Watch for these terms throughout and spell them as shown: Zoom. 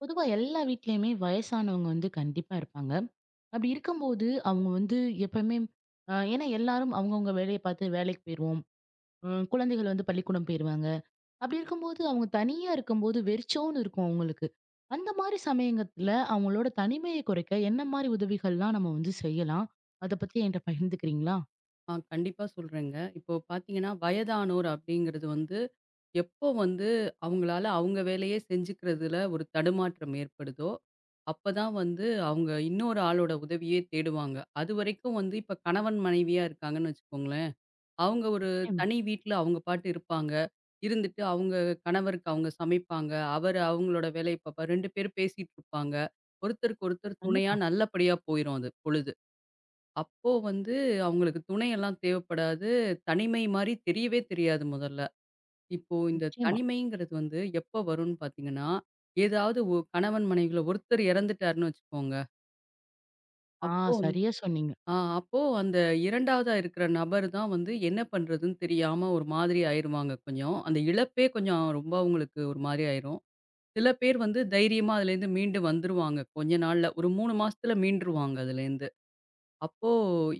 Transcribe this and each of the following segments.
பொதுவா எல்லா வீட்லயுமே வயசானவங்க வந்து கண்டிப்பா இருப்பாங்க. அப்படி இருக்கும்போது அவங்க வந்து எப்பவுமே ஏன்னா எல்லாரும் அவங்கவங்க வேலைய பார்த்து வேலைக்கு போயிருவோம். குழந்தைகள் வந்து பள்ளிக்கூடம் போயிருவாங்க. அப்படி இருக்கும்போது அவங்க தனியா இருக்கும்போது வெறிச்சோன்னு இருக்கும் அவங்களுக்கு. அந்த மாரி சமயங்கத்துல அவங்களோட தனிமையை குறைக்க என்ன மாரி உதவிகள்லாம் நம்ம வந்து செய்யலாம்? அத பத்தி என்ட்ட பகிர்ந்துக்கிறீங்களா? ஆ கண்டிப்பா சொல்றேங்க. இப்போ பார்த்தீங்கன்னா, வயதானோர் அப்படிங்கிறது வந்து, எப்போ வந்து அவங்களால அவங்க வேலையே செஞ்சுக்கிறதுல ஒரு தடுமாற்றம் ஏற்படுதோ, அப்பதான் வந்து அவங்க இன்னொரு ஆளோட உதவியே தேடுவாங்க. அதுவரைக்கும் வந்து இப்ப கணவன், மனைவியா இருக்காங்கன்னு வச்சுக்கோங்களேன். அவங்க ஒரு நிச்சயமா. தனி வீட்ல அவங்க பாட்டு இருப்பாங்க. இருந்துட்டு அவங்க கணவருக்கு அவங்க சமைப்பாங்க. அவர் அவங்களோட வேலைய பார்ப்பாரு. 2 பேரும் பேசிட்டு இருப்பாங்க. ஒருத்தருக்கு ஒருத்தர் துணையா கண்டிப்பா. நல்லபடியா போயிரும் அது பொழுது. அப்போ வந்து அவங்களுக்கு துணையெல்லாம் தேவைப்படாது. தனிமை மாரி தெரியவே தெரியாது முதல்ல. இப்போ இந்த நிச்சயமா. தனிமைங்கிறது வந்து எப்போ வரும்ன்னு பார்த்தீங்கன்னா, ஏதாவது கணவன் மனைவில ஒருத்தர் இறந்துட்டாருன்னு வச்சுக்கோங்க. ஆ, அப்போ வந் சரியா சொன்னீங்க. ஆ அப்போ அந்த 2வதா இருக்கிற நபர் தான் வந்து என்ன பண்றதுன்னு தெரியாம ஒரு மாதிரி ஆயிருவாங்க கொஞ்சம். அந்த இழப்பே கொஞ்சம் ரொம்ப அவங்களுக்கு ஒரு மாரி ஆயிரும். சில பேர் வந்து தைரியமா அதுலேருந்து மீண்டு வந்துருவாங்க கொஞ்ச நாள்ல. ஒரு 3 மாசத்துல மீண்டுருவாங்க அதுலேருந்து. அப்போ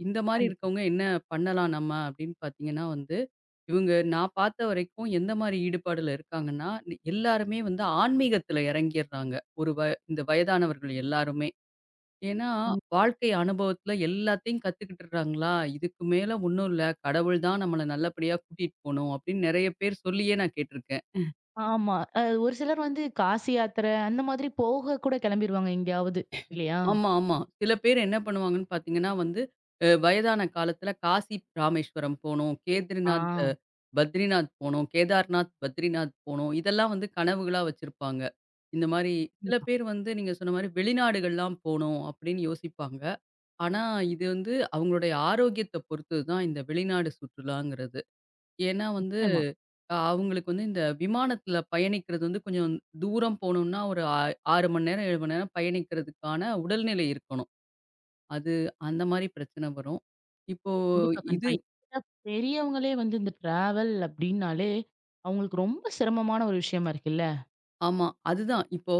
இந்த மாரி கண்டிப்பா. இருக்கவங்க என்ன பண்ணலாம் நம்ம அப்படின்னு பார்த்தீங்கன்னா வந்து, இவங்க நான் பார்த்த வரைக்கும் எந்த மாரி ஈடுபாடுல இருக்காங்கன்னா, எல்லாருமே வந்து ஆன்மீகத்துல இறங்கிர்றாங்க. ஒரு வ இந்த வயதானவர்கள் எல்லாருமே. ஏன்னா, உண்ம. வாழ்க்கை அனுபவத்துல எல்லாத்தையும் கத்துக்கிட்டுறாங்களா, இதுக்கு மேல ஒண்ணும் இல்ல, கடவுள் தான் நம்மள நல்லபடியா கூட்டிட்டு போணும் அப்படின்னு நெறைய பேர் சொல்லியே நான் கேட்டுருக்கேன். ஆமா. அ ஒரு சிலர் வந்து காசி யாத்திரை அந்த மாதிரி போக கூட கிளம்பிருவாங்க எங்கேயாவது இல்லையா? ஆமா, ஆமா. சில பேர் என்ன பண்ணுவாங்கன்னு பார்த்தீங்கன்னா வந்து, வயதான காலத்தில காசி ராமேஸ்வரம் போணும், ஆ, கேத்ரிநாத் அ பத்ரிநாத் போணும், கேதார்நாத், பத்ரிநாத் போணும். இதெல்லாம் வந்து கனவுகளா வச்சிருப்பாங்க. இந்த மாரி சில கண்டிப்பா. பேர் வந்து நீங்க சொன்ன மாரி வெளிநாடுகள்லாம் போணும் அப்படின்னு யோசிப்பாங்க. ஆனா இது வந்து அவங்களுடைய ஆரோக்கியத்த பொறுத்தது தான் இந்த வெளிநாடு சுற்றுலாங்கிறது. ஏன்னா வந்து நிச்சயமா. அவங்களுக்கு வந்து இந்த விமானத்தில பயணிக்கிறது வந்து கொஞ்சம் தூரம் போணும்னா ஒரு 6 மணி நேரம், 7 மணி நேரம் பயணிக்கிறதுக்கான உடல்நிலை இருக்கணும். அது அந்த மாரி பிரச்சனை வரும். இப்போ கண்டிப்பா, இது கண்டிப்பா. ஏன்னா பெரியவங்களே வந்து இந்த டிராவல் அப்டின்னாலே, அவங்களுக்கு ரொம்ப சிரமமான ஒரு விஷயமா இருக்குல்ல? ஆமா. அதுதான். இப்போ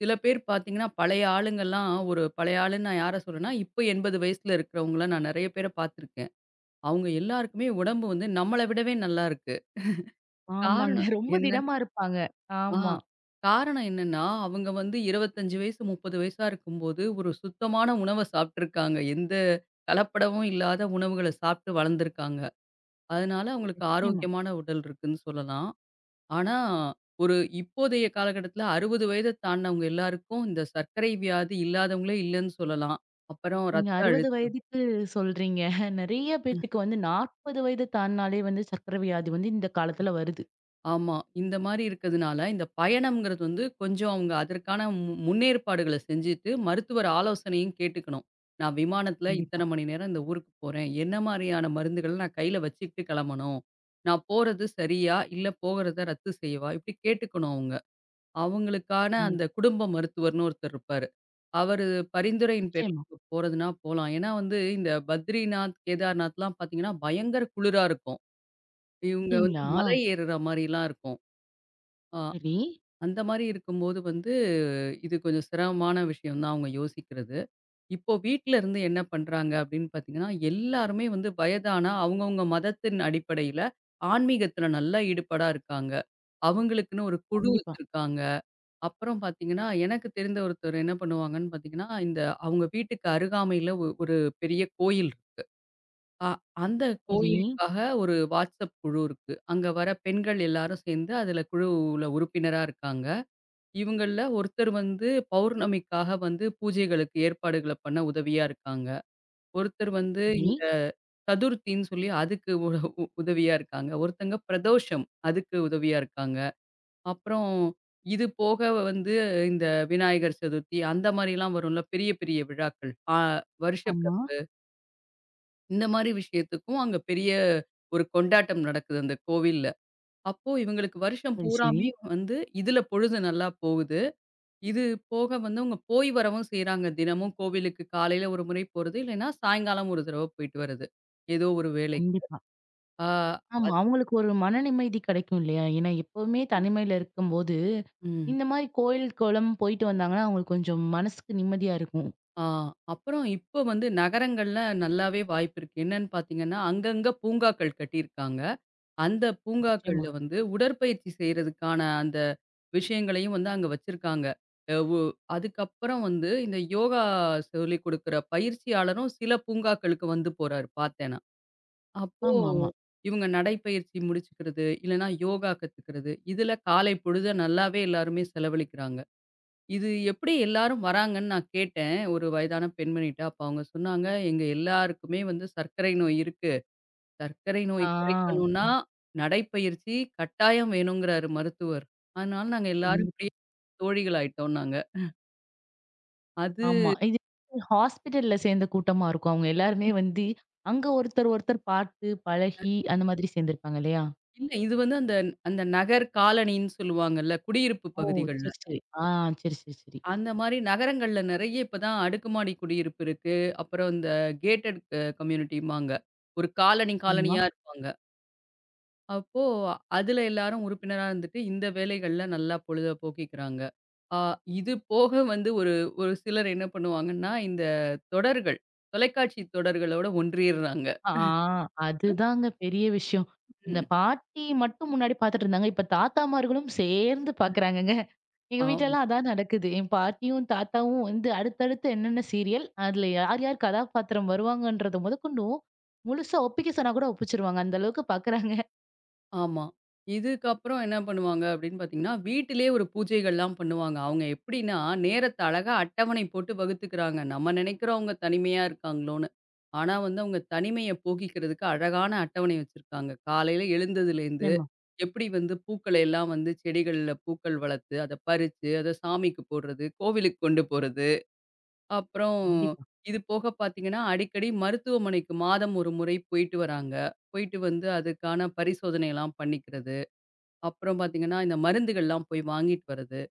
சில பேர் பார்த்தீங்கன்னா, பழைய ஆளுங்கலாம் ஒரு பழைய ஆளுன்னு நான் யார சொல்றேன்னா, இப்போ 80 வயசுல இருக்கிறவங்கள நான் நெறைய பேர பார்த்துருக்கேன். அவங்க எல்லாருக்குமே உடம்பு வந்து நம்மள விடவே நல்லா இருக்கு. ஆமாங்க. காரணம் ரொம்ப என்ன திடமா இருப்பாங்க. ஆ ஆமா. காரணம் என்னன்னா, அவங்க வந்து 25 வயசு, 30 வயசா இருக்கும்போது ஒரு சுத்தமான உணவ சாப்ட்டுருக்காங்க. எந்த கலப்படமும் இல்லாத உணவுகள சாப்ட்டு வளர்ந்துருக்காங்க. அதனால அவங்களுக்கு நிச்சயமா. ஆரோக்கியமான உடல் இருக்குன்னு சொல்லலாம். ஆனா, ஒரு இப்போதைய காலகட்டத்தில 60 வயத தாண்டினவங்க எல்லாருக்கும் இந்த சர்க்கரை வியாதி இல்லாதவங்களே இல்லன்னு சொல்லலாம். அப்புறம் நீங்க ரத்த 60 அழுத்தம் வயதுக்கு சொல்றீங்க. நெறைய பேத்துக்கு வந்து 40 வயது தாண்டுனாலே வந்து சர்க்கரை வியாதி வந்து இந்த காலத்துல வருது. ஆமா. இந்த மாரி இருக்கிறதுனால, இந்த பயணம்ங்கிறது வந்து கொஞ்சம் அவங்க அதற்கான முன்னேற்பாடுகள செஞ்சுட்டு, மருத்துவர் ஆலோசனையும் கேட்டுக்கணும். நான் விமானத்தில இத்தன கண்டிப்பா, மணி நேரம் இந்த ஊருக்கு போறேன். என்ன மாரியான மருந்துகள நான் கையில வச்சுக்கிட்டு கிளம்பணும்? நான் போறது சரியா? இல்ல போகறத ரத்து செய்யவா? இப்படி கேட்டுக்கணும் அவங்க. அவங்களுக்கான அந்த கண்டிப்பா. குடும்ப மருத்துவர்ன்னு ஒருத்தர் இருப்பாரு. அவரு பரிந்துரையின் பேர்ல நிச்சயமா. இப்ப போறதுன்னா போலாம். ஏன்னா வந்து இந்த பத்ரிநாத், கேதார்நாத்லாம் பார்த்தீங்கன்னா, பயங்கர குளிரா இருக்கும். இவங்க வந்து அப்டிங்களா? மலை ஏறுற மாரிலாம் இருக்கும். அ சரி. அந்த மாரி இருக்கும்போது வந்து, இது கொஞ்சம் சிரமமான விஷயம் தான் அவங்க யோசிக்கிறது. இப்போ வீட்ல இருந்து என்ன பண்றாங்க அப்படின்னு பார்த்தீங்கன்னா, எல்லாருமே வந்து வயதானா அவங்கவங்க மதத்தின் அடிப்படையில ஆன்மீகத்துல நல்லா ஈடுபாடா இருக்காங்க. அவங்களுக்குன்னு ஒரு குழு கண்டிப்பா. வச்சிருக்காங்க. அப்புறம் பார்த்தீங்கன்னா, எனக்கு தெரிந்த ஒருத்தர் என்ன பண்ணுவாங்கன்னு பார்த்தீங்கன்னா, இந்த அவங்க வீட்டுக்கு அருகாமையில ஒரு பெரிய கோயில் இருக்கு. அ அந்த சரி, கோயிலுக்காக ஒரு WhatsApp குழு இருக்கு. அங்க வர பெண்கள் எல்லாரும் சேர்ந்து அதுல குழுவுல உறுப்பினரா இருக்காங்க. இவங்கள்ல ஒருத்தர் வந்து பௌர்ணமிக்காக வந்து பூஜைகளுக்கு ஏற்பாடுகள பண்ண உதவியா இருக்காங்க. ஒருத்தர் வந்து சரி. இந்த சதுர்த்தின்னு சொல்லி அதுக்கு உ உ- உதவியா இருக்காங்க. ஒருத்தங்க பிரதோஷம் அதுக்கு உதவியா இருக்காங்க. அப்புறம் இது போக வந்து இந்த விநாயகர் சதுர்த்தி அந்த மாதிரிலாம் வரும்ல பெரிய பெரிய விழாக்கள். ஆமா. வருஷப்பிறப்பு இந்த மாதிரி விஷயத்துக்கும் அங்க பெரிய ஒரு கொண்டாட்டம் நடக்குது அந்த கோவில்ல. அப்போ இவங்களுக்கு வருஷம் சரி, சரி. பூராமே வந்து இதுல பொழுது நல்லா போகுது. இது போக வந்து அவங்க போய் வரவும் செய்றாங்க. தினமும் கோவிலுக்கு காலையில ஒரு முறை போறது, இல்லைன்னா சாயங்காலம் ஒரு தடவ போயிட்டு வர்றது. ஏதோ ஒரு வேலைக்கு. கண்டிப்பா. ஆ ஆமா. அது அவங்களுக்கு ஒரு மன நிம்மதி கிடைக்கும் இல்லையா? ஏன்னா எப்பவுமே தனிமையில இருக்கும்போது, ம். இந்த மாரி கோயில், குளம் போயிட்டு வந்தாங்கன்னா, அவங்களுக்கு கொஞ்சம் மனசுக்கு நிம்மதியா இருக்கும். ஆ அப்புறம் இப்போ வந்து நகரங்கள்ல நல்லாவே வாய்ப்பு இருக்கு. என்னன்னு பார்த்தீங்கன்னா, அங்கங்க பூங்காக்கள் கட்டியிருக்காங்க. அந்த நிச்சயமா. பூங்காக்கள்ல வந்து உடற்பயிற்சி செய்றதுக்கான அந்த விஷயங்களையும் வந்து அங்க வச்சிருக்காங்க. அ உ அதுக்கப்புறம் வந்து இந்த யோகா சொல்லிக் குடுக்குற பயிற்சியாளரும் சில பூங்காக்களுக்கு வந்து போறாரு பார்த்தேன் நான். அப்போ ஆமாமா. இவங்க நடைப்பயிற்சி முடிச்சுக்கிறது, இல்லன்னா யோகா கத்துக்கிறது, இதுல காலை பொழுத நல்லாவே எல்லாருமே செலவழிக்கிறாங்க. இது எப்படி எல்லாரும் வராங்கன்னு நான் கேட்டேன். ஒரு வயதான பெண்மணிட்ட. அப்ப அவங்க சொன்னாங்க, "எங்க எல்லாருக்குமே வந்து சர்க்கரை நோய் இருக்கு. சர்க்கரை ஆ. நோய் குறைக்கணும்னா, ம். நடைப்பயிற்சி கட்டாயம் வேணுங்கிறாரு மருத்துவர். அதனால நாங்க எல்லாரும் கண்டிப்பா. இப்படியே தோழிகள் ஆயிட்டோம்னாங்க." அது ஆமா. இது ஹாஸ்பிட்டல்ல சேர்ந்த கூட்டமா இருக்கும். அவங்க எல்லாருமே வந்து அங்க ஒருத்தர், ஒருத்தர் பார்த்து, பழகி அந்த மாதிரி சேர்ந்திருப்பாங்க இல்லையா? இல்ல இது வந்து அந்த அந்த நகர் காலனின்னு சொல்லுவாங்கல்ல, குடியிருப்பு ஓ! சரி, பகுதிகள்ல. சரி. சரி. ஆ, சரி, சரி, சரி. அந்த மாரி நகரங்கள்ல நெறைய இப்பதான் அடுக்குமாடி குடியிருப்பு இருக்கு. அப்புறம் இந்த கேட்டட் கம்யூனிட்டிம்பாங்க. ஒரு காலனி ஆமா. காலனியா இருப்பாங்க. அப்போ அதுல எல்லாரும் உறுப்பினரா இருந்துட்டு இந்த வேலைகள்ல நல்லா பொழுத போக்கிக்கிறாங்க. ஆ இது போக வந்து ஒரு ஒரு சிலர் என்ன பண்ணுவாங்கன்னா, இந்த தொடர்கள், தொலைக்காட்சி தொடர்களோட ஒன்றியிறாங்க. ஆ, அதுதாங்க பெரிய விஷயம். இந்த ம். பாட்டி மட்டும் முன்னாடி பார்த்துட்டு இருந்தாங்க. இப்ப தாத்தாமார்களும் சேர்ந்து பார்க்குறாங்கங்க. எங்க ஆமா, வீட்லலாம் அதான் நடக்குது. என் பாட்டியும், தாத்தாவும் வந்து அடுத்தடுத்து என்னென்ன சீரியல், அதுல யார் யார் கதாபாத்திரம் வருவாங்கன்றத முதற்கொண்டும் முழுசா ஒப்பிக்க சொன்னா கூட ஒப்பிச்சுருவாங்க. அந்த அளவுக்கு பார்க்குறாங்க. ஆமா. இதுக்கப்புறம் என்ன பண்ணுவாங்க அப்படின்னு பார்த்தீங்கன்னா, வீட்டிலேயே ஒரு பூஜைகள்லாம் பண்ணுவாங்க. அவங்க எப்படின்னா, நேரத்த அழகா அட்டவணை போட்டு வகுத்துக்கிறாங்க. நம்ம நினைக்கிறோம் அவங்க தனிமையா இருக்காங்களோன்னு. ஆனா வந்து அவங்க தனிமைய போக்கிக்கிறதுக்கு அழகான அட்டவணை வச்சிருக்காங்க. காலையில எழுந்ததுலேருந்து. நிச்சயமா, எப்படி வந்து பூக்களை எல்லாம் வந்து செடிகள்ல பூக்கள் வளர்த்து, அத பறிச்சு, அத சாமிக்கு போடுறது, கோவிலுக்கு கொண்டு போறது. அப்புறம் கண்டிப்பா. இது போக பார்த்தீங்கன்னா, அடிக்கடி மருத்துவமனைக்கு மாதம் ஒரு முறை போயிட்டு வராங்க. போயிட்டு வந்து அதுக்கான பரிசோதனைலாம் பண்ணிக்கிறது. அப்புறம் பார்த்தீங்கன்னா, இந்த மருந்துகள்லாம் போய் வாங்கிட்டு வர்றது.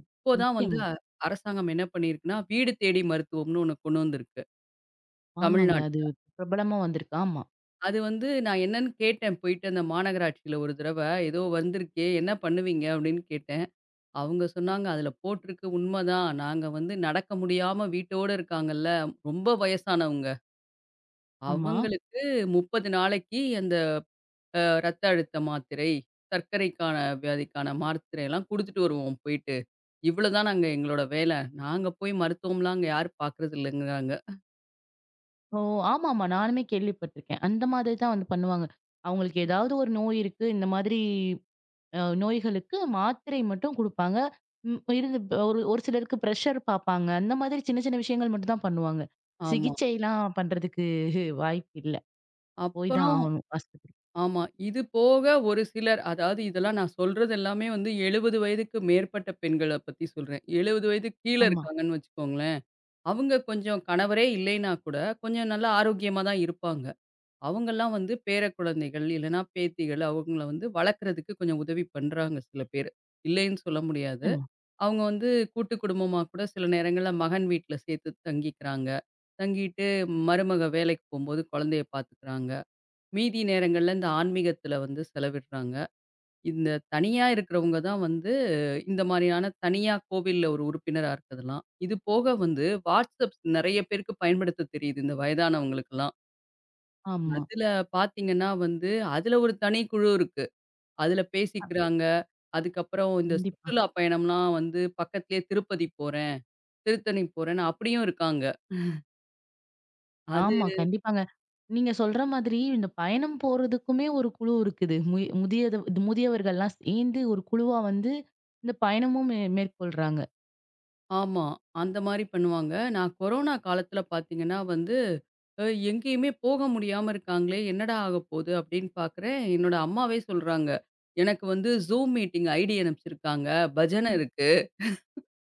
இப்போ தான் வந்து நிச்சயமா. அ அரசாங்கம் என்ன பண்ணியிருக்குன்னா, வீடு தேடி மருத்துவம்னு ஒண்ணு கொண்டு வந்திருக்கு ஆமாங்க. அது தமிழ்நாட்டுல. பிரபலமா வந்திருக்கு. ஆமா, அது வந்து நான் என்னன்னு கேட்டேன் போயிட்டு அந்த மாநகராட்சியில ஒரு தடவ. ஏதோ வந்திருக்கே என்ன பண்ணுவீங்க? அப்படின்னு கேட்டேன். அவங்க சொன்னாங்க, "அதுல போட்டிருக்கு உண்மதான். நாங்க வந்து நடக்க முடியாம வீட்டோட இருக்காங்கல்ல, ரொம்ப வயசானவங்க. ஆமா. அவங்களுக்கு 30 நாளைக்கு அந்த ரத்த அழுத்த மாத்திரை, சர்க்கரைக்கான வியாதிக்கான மாத்திரையெல்லாம் குடுத்துட்டு வருவோம் போயிட்டு. இவ்வளோதான் நாங்க எங்களோட வேலை. நாங்க போய் மருத்துவம்லாம் அங்க யாரும் பார்க்கறது இல்லைங்கிறாங்க." ஓ! ஆமாமா. நானுமே கேள்விப்பட்டிருக்கேன். அந்த மாதிரி தான் வந்து பண்ணுவாங்க. அவங்களுக்கு ஏதாவது ஒரு நோய் இருக்கு. இந்த மாதிரி நோய்களுக்கு மாத்திரை மட்டும் குடுப்பாங்க. ம் இருந்து ஒரு ஒரு சிலருக்கு பிரஷர் பார்ப்பாங்க. அந்த மாதிரி சின்ன சின்ன விஷயங்கள் மட்டும் தான் பண்ணுவாங்க. ஆமா. சிகிச்சைலாம் பண்றதுக்கு வாய்ப்பு இல்ல. போய் தான் அப்புறம் ஆகணும் ஆஸ்பத்திரி. ஆமா. இது போக ஒரு சிலர் அதாவது இதெல்லாம் நான் சொல்றது எல்லாமே வந்து 70 வயதுக்கு மேற்பட்ட பெண்கள பத்தி சொல்றேன். 70 வயதுக்கு கீழ ஆமா, இருக்காங்கன்னு வச்சுக்கோங்களேன். அவங்க கொஞ்சம் கணவரே இல்லைன்னா கூட, கொஞ்சம் நல்லா ஆரோக்கியமா தான் இருப்பாங்க. அவங்கலாம் வந்து பேரக்குழந்தைகள், இல்லன்னா பேத்திகள் அவங்கள வந்து வளர்க்கறதுக்கு கொஞ்சம் உதவி பண்றாங்க சில பேரு. இல்லைன்னு சொல்ல முடியாது. ஆமா, அவங்க வந்து கூட்டு குடும்பமா கூட சில நேரங்கள்ல மகன் வீட்ல சேர்த்து தங்கிக்கிறாங்க. தங்கிட்டு மருமக வேலைக்கு போம்போது குழந்தைய பார்த்துக்கிறாங்க. மீதி நேரங்கள்ல இந்த ஆன்மீகத்தில வந்து செலவிடுறாங்க. இந்த தனியா இருக்கிறவங்க தான் வந்து, இந்த மாரியான தனியா கோவில்ல ஒரு உறுப்பினரா இருக்கிறதெல்லாம். இது போக வந்து WhatsApp நெறைய பேருக்கு பயன்படுத்த தெரியுது, இந்த வயதானவங்களுக்கெல்லாம். ஆமா. அதுல பார்த்தீங்கன்னா வந்து, அதுல ஒரு தனி குழு இருக்கு. அதுல பேசிக்கிறாங்க. அதுக்கப்புறம் இந்த கண்டிப்பா. சுற்றுலா பயணம்லாம் வந்து பக்கத்திலேயே திருப்பதி போறேன், திருத்தணி போறேன்னு அப்படியும் இருக்காங்க. அது ஆமா, கண்டிப்பாங்க. நீங்க சொல்ற மாதிரி இந்த பயணம் போறதுக்குமே ஒரு குழு இருக்குது. முய முதியது முதியவர்கள்லாம் சேர்ந்து ஒரு குழுவா வந்து இந்த பயணமும் மேற்கொள்றாங்க. ஆமா. அந்த மாரி பண்ணுவாங்க. நான் கொரோனா காலத்துல பார்த்தீங்கன்னா வந்து, அ எங்கேயுமே போக முடியாம இருக்காங்களே! என்னடா ஆகப்போது? அப்படின்னு பார்க்குறேன். என்னோட அம்மாவே சொல்றாங்க. எனக்கு வந்து Zoom மீட்டிங் ஐடி அனுப்பிச்சிருக்காங்க. பஜனை இருக்கு.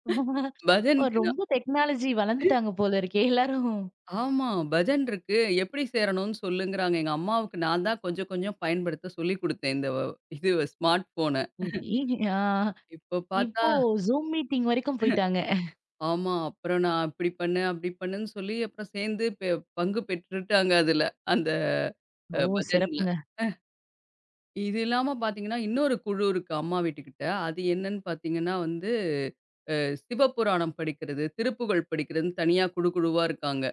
ஓ, பஜனுக்கு நான் ரொம்ப டெக்னாலஜி வளர்ந்துட்டாங்க போல இருக்கே! எல்லாரும். ஆமா. பஜன் இருக்கு. எப்படி சேரணும்னு சொல்லுங்கிறாங்க. எங்க அம்மாவுக்கு நான் தான் கொஞ்சம் கொஞ்சம் பயன்படுத்த சொல்லிக் குடுத்தேன். இந்த வ இது ஸ்மார்ட் ஃபோன. சரி, ஆ. இப்போ பார்த்தா இப்போ Zoom மீட்டிங் வரைக்கும் போயிட்டாங்க. ஆமா. அப்புறம் நான் இப்படி பண்ணேன், அப்படி பண்ணேன்னு சொல்லி அப்புறம் சேர்ந்து பங்கு பெற்றுட்டாங்க அதுல. அந்த ஓ! பஜன்ல. சிறப்புங்க. அ இது இல்லாம பார்த்தீங்கன்னா, இன்னொரு குழு இருக்கு அம்மா வீட்டுக்கிட்ட. அது என்னன்னு பார்த்தீங்கன்னா வந்து, அ சிவபுராணம் படிக்கிறது, திருப்புகழ் படிக்கிறதுன்னு தனியா குழு குழுவா இருக்காங்க.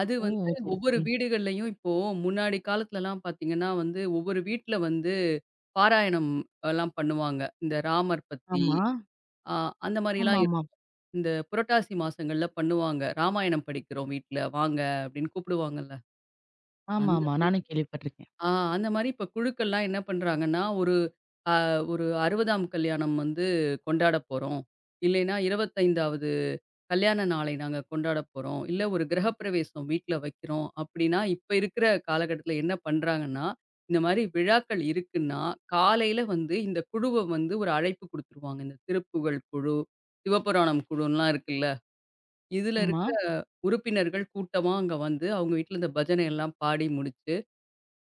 அது ஓ! வந்து சரி, ஒவ்வொரு சரி. வீடுகள்லயும் இப்போ முன்னாடி காலத்துலலாம் பார்த்தீங்கன்னா வந்து, ஒவ்வொரு வீட்ல வந்து பாராயணம் எல்லாம் பண்ணுவாங்க. இந்த ராமர் பத்தி, ஆமா. அ அந்த மாரிலாம் இருக்கும். ஆமாமா. இந்த புரட்டாசி மாசங்கள்ல பண்ணுவாங்க. ராமாயணம் படிக்கிறோம் வீட்ல வாங்க அப்படின்னு கூப்பிடுவாங்கல்ல. அந்த ஆமாமா. நானும் கேள்விப்பட்டுருக்கேன். ஆ அந்த மாரி இப்ப குழுக்கள்லாம் என்ன பண்றாங்கன்னா, அ ஒரு 60ஆம் கல்யாணம் வந்து கொண்டாடப் போறோம். இல்லைன்னா 25வது கல்யாண நாளை நாங்க கொண்டாடப் போறோம். இல்ல ஒரு கிரகப்பிரவேசம் வீட்ல வைக்கிறோம் அப்படின்னா, இப்ப இருக்கிற காலகட்டத்தில என்ன பண்றாங்கன்னா, இந்த மாரி விழாக்கள் இருக்குன்னா, காலையில வந்து இந்த குழுவ வந்து ஒரு அழைப்பு குடுத்துருவாங்க. இந்த திருப்புகழ் குழு, சிவபுராணம் குழுன்லாம் இருக்குல்ல. இதுல ஆமா. இருக்கிற உறுப்பினர்கள் கூட்டமா அங்க வந்து அவங்க வீட்ல இந்த பஜனை எல்லாம் பாடி முடிச்சு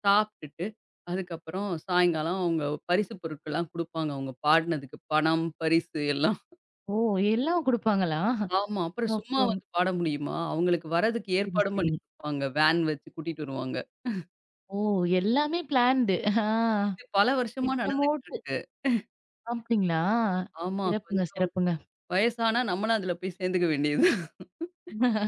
சாப்பிட்டுட்டு, அதுக்கப்புறம் சாயங்காலம் அவங்க பரிசு பொருட்கள்லாம் குடுப்பாங்க. அவங்க பாடுனதுக்கு பணம், பரிசு எல்லாம். ஓ! எல்லாம் குடுப்பாங்களா? ஆமா. அப்புறம் சும்மா அப்போ வந்து பாட முடியுமா? அவங்களுக்கு வரதுக்கு சரி, ஏற்பாடும் பண்ணி சரி. குடுப்பாங்க. வேன் வச்சு கூட்டிட்டு வருவாங்க. ஓ! எல்லாமே பிளான்டு. ஆ, இது பல வருஷமா நடந்துகிட்டு திட்டமோட்டு இருக்கு. அப்டிங்களா? ஆமா. சிறப்புங்க, கொஞ்சம் சிறப்புங்க. வயசானா நம்மளும் அதுல போய் சேர்ந்துக்க வேண்டியது தான்.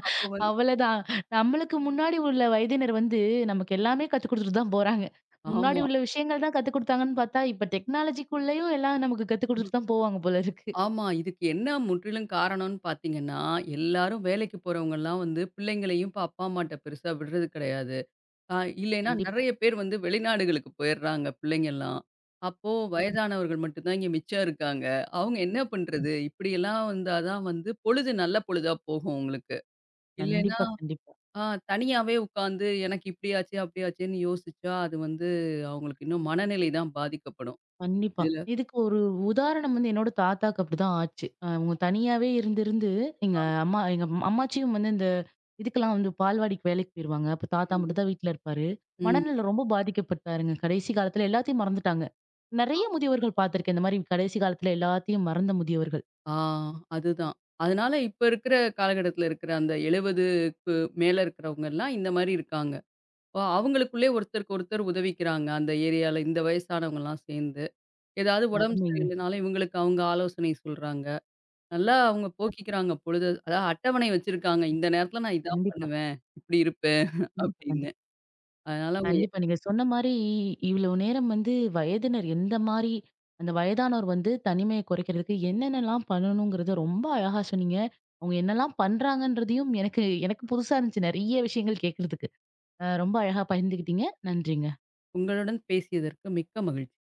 அப்போ வந்து அவ்வளதான். நம்மளுக்கு முன்னாடி உள்ள வயதினர் வந்து நமக்கு எல்லாமே கத்துக் குடுத்துட்டு தான் போறாங்க. முன்னாடி ஆமா, உள்ள விஷயங்கள் தான் கத்துக் குடுத்தாங்கன்னு பார்த்தா, இப்ப டெக்னாலஜிக்குள்ளேயும் எல்லாம் நமக்கு கத்துக் குடுத்துட்டு தான் போவாங்க போல இருக்கு. ஆமா. இதுக்கு என்ன முற்றிலும் காரணம்னு பார்த்தீங்கன்னா, எல்லாரும் வேலைக்கு போறவங்கலாம் வந்து பிள்ளைங்களையும் இப்ப அப்பா, அம்மாட்ட பெருசா விடுறது கிடையாது. ஆ இல்லைன்னா கண்டிப்பா. நெறைய பேர் வந்து வெளிநாடுகளுக்கு போயிடுறாங்க பிள்ளைங்கலாம். அப்போ வயதானவர்கள் மட்டும் தான் இங்க மிச்சம் இருக்காங்க. அவங்க என்ன பண்றது? இப்படியெல்லாம் வந்தா தான் வந்து பொழுது நல்ல பொழுதா போகும் உங்களுக்கு. இல்லைன்னா கண்டிப்பா, கண்டிப்பா. ஆ தனியாவே உட்காந்து எனக்கு இப்படி ஆச்சு, அப்படி ஆச்சேன்னு யோசிச்சா அது வந்து அவங்களுக்கு இன்னும் மனநிலை தான் பாதிக்கப்படும். கண்டிப்பா. இதுல இதுக்கு ஒரு உதாரணம் வந்து என்னோட தாத்தாக்கு அப்படிதான் ஆச்சு. அ அவங்க தனியாவே இருந்திருந்து, எங்க அம்மா எங்க அம்மாச்சியும் வந்து இந்த இதுக்கெல்லாம் வந்து பால்வாடிக்கு வேலைக்கு போயிருவாங்க. அப்ப தாத்தா மட்டும் தான் வீட்ல இருப்பாரு. ம். மனநிலை ரொம்ப பாதிக்கப்பட்டாருங்க. கடைசி காலத்துல எல்லாத்தையும் மறந்துட்டாங்க. நெறைய முதியவர்கள் பார்த்துருக்கேன். இந்த மாரி கடைசி காலத்துல எல்லாத்தையும் மறந்த முதியவர்கள். ஆ அதுதான். அதனால இப்ப இருக்கிற காலகட்டத்தில இருக்கிற அந்த 70க்கு மேல இருக்கிறவங்கலாம் இந்த மாரி இருக்காங்க. ஓ! அவங்களுக்குள்ளே ஒருத்தருக்கு ஒருத்தர் உதவிக்கிறாங்க. அந்த ஏரியால இந்த வயசானவங்கலாம் சேர்ந்து. ஏதாவது உடம்பு அருமைங்க. சரியில்லனாலும் இவங்களுக்கு அவங்க ஆலோசனை சொல்றாங்க. நல்லா அவங்க போக்கிக்கிறாங்க பொழுத. அதாவது அட்டவணை வச்சிருக்காங்க. இந்த நேரத்தில நான் இதான் கண்டிப்பா. பண்ணுவேன். இப்படி இருப்பேன் கண்டிப்பா, அப்படின்னு. கண்டிப்பா. அதனால கண்டிப்பா. நீங்க சொன்ன மாரி, இவ்வளவு நேரம் வந்து வயதினர் எந்த மாரி, அந்த வயதானோர் வந்து தனிமைய குறைக்கிறதுக்கு என்னென்னலாம் பண்ணணுங்கிறத ரொம்ப அழகா சொன்னீங்க. அவங்க என்னலாம் பண்றாங்கன்றதையும் எனக்கு எனக்கு புதுசா இருந்துச்சு. நெறைய விஷயங்கள் கேட்கறதுக்கு. அ ரொம்ப அழகா பகிர்ந்துக்கிட்டீங்க. நன்றிங்க. உங்களுடன் பேசியதற்கு மிக்க மகிழ்ச்சி.